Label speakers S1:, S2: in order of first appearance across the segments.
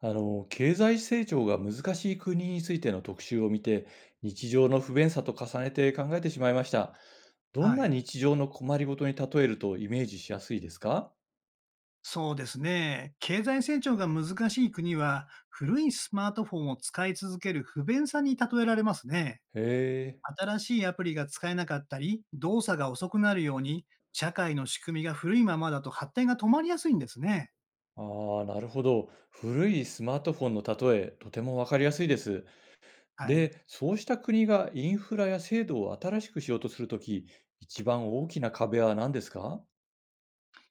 S1: 経済成長が難しい国についての特集を見て、日常の不便さと重ねて考えてしまいました。どん
S2: は
S1: な
S2: い。
S1: 日常の困りごとに例えるとイメージしやすいですか？
S2: そうですね。経済成長が難しい国は、古いスマートフォンを使い続ける不便さに例えられますね。
S1: へえ。
S2: 新しいアプリが使えなかったり、動作が遅くなるように、社会の仕組みが古いままだと発展が止まりやすいんですね。
S1: ああ、なるほど。古いスマートフォンの例え、とてもわかりやすいです。
S2: はい。
S1: で、そうした国がインフラや制度を新しくしようとするとき、一番大きな壁は何ですか？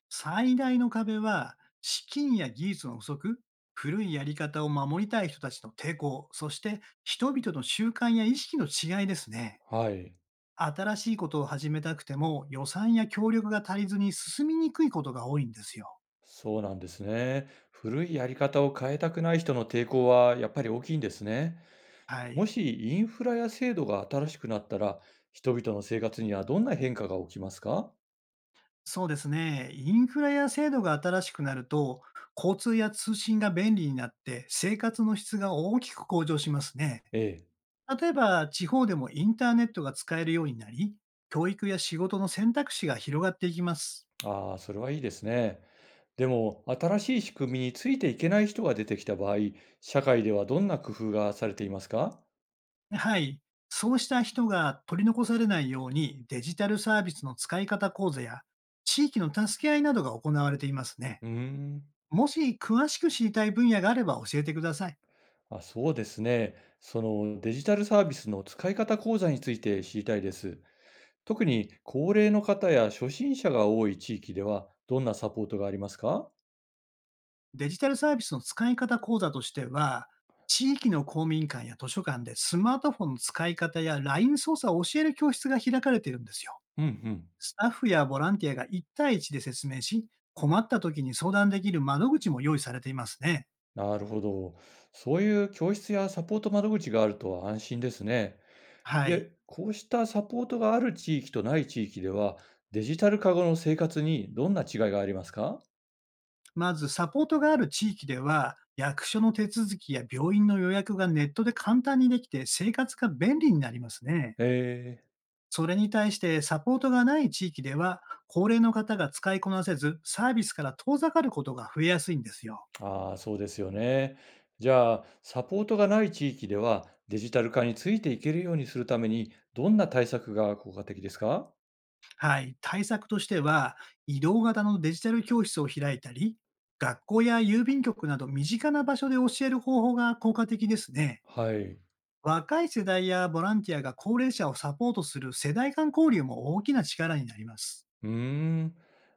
S2: 最大の壁は、資金や技術の不足、古いやり方を守りたい人たちの抵抗、そして人々の習慣や意識の違いですね。
S1: はい。
S2: 新しいことを始めたくても、予算や協力が足りずに進みにくいことが多いんですよ。
S1: そうなんですね。古いやり方を変えたくない人の抵抗はやっぱり大きいんですね。
S2: は
S1: も
S2: い。
S1: しインフラや制度が新しくなったら、人々の生活にはどんな変化が起きますか？
S2: そうですね。インフラや制度が新しくなると、交通や通信が便利になって、生活の質が大きく向上しますね。
S1: ええ。
S2: 例えば、地方でもインターネットが使えるようになり、教育や仕事の選択肢が広がっていきます。
S1: ああ、それはいいですね。でも、新しい仕組みについていけない人が出てきた場合、社会ではどんな工夫がされていますか？
S2: はい。そうした人が取り残されないように、デジタルサービスの使い方講座や、地域の助け合いなどが行われていますね。
S1: うーん。
S2: もし詳しく知りたい分野があれば教えてください。
S1: あ、そうですね。そのデジタルサービスの使い方講座について知りたいです。特に高齢の方や初心者が多い地域ではどんなサポートがありますか？
S2: デジタルサービスの使い方講座としては、地域の公民館や図書館でスマートフォンの使い方や LINE 操作を教える教室が開かれているんですよ。
S1: うんうん。
S2: スタッフやボランティアが1対1で説明し、困った時に相談できる窓口も用意されていますね。
S1: なるほど。そういう教室やサポート窓口があると安心ですね。
S2: はい。
S1: で、こうしたサポートがある地域とない地域では、デジタル化後の生活にどんな違いがありますか？
S2: まず、サポートがある地域では、役所の手続きや病院の予約がネットで簡単にできて生活が便利になりますね。
S1: ええ。
S2: それに対してサポートがない地域では、高齢の方が使いこなせず、サービスから遠ざかることが増えやすいんですよ。
S1: ああ、そうですよね。じゃあ、サポートがない地域では、デジタル化についていけるようにするために、どんな対策が効果的ですか？
S2: はい。対策としては、移動型のデジタル教室を開いたり、学校や郵便局など身近な場所で教える方法が効果的ですね。
S1: はい。
S2: 若い世代やボランティアが高齢者をサポートする世代間交流も大きな力になります。
S1: うーん。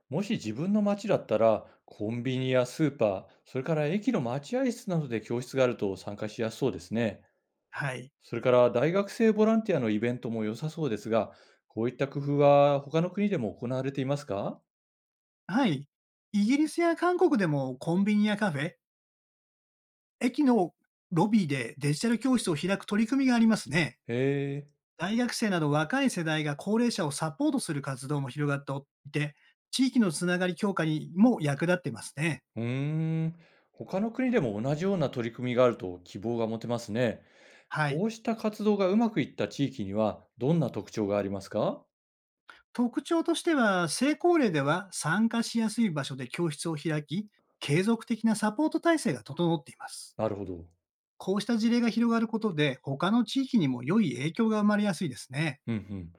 S1: もし自分の町だったら、コンビニやスーパー、それから駅の待合室などで教室があると参加しやすそうですね。
S2: はい。
S1: それから大学生ボランティアのイベントも良さそうですが、こういった工夫は他の国でも行われていますか？
S2: はい。イギリスや韓国でもコンビニやカフェ、駅のロビーでデジタル教室を開く取り組みがありますね。
S1: へえ。
S2: 大学生など若い世代が高齢者をサポートする活動も広がっていて、地域のつながり強化にも役立ってますね。
S1: うーん。他の国でも同じような取り組みがあると希望が持てますね。
S2: はい。
S1: こうした活動がうまくいった地域にはどんな特徴がありますか？
S2: 特徴としては、成功例では参加しやすい場所で教室を開き、継続的なサポート体制が整っています。
S1: なるほど。
S2: こうした事例が広がることで、他の地域にも良い影響が生まれやすいですね。
S1: うんうん。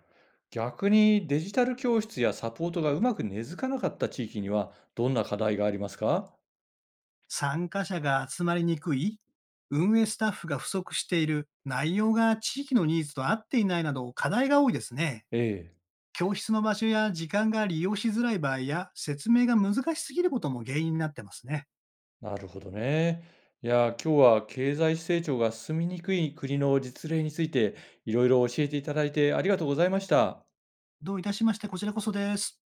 S1: 逆にデジタル教室やサポートがうまく根付かなかった地域にはどんな課題がありますか？
S2: 参加者が集まりにくい、運営スタッフが不足している、内容が地域のニーズと合っていないなど課題が多いですね。
S1: ええ、
S2: 教室の場所や時間が利用しづらい場合や、説明が難しすぎることも原因になってますね。
S1: なるほどね。いや、今日は経済成長が進みにくい国の実例についていろいろ教えていただいてありがとうございました。
S2: どういたしまして、こちらこそです。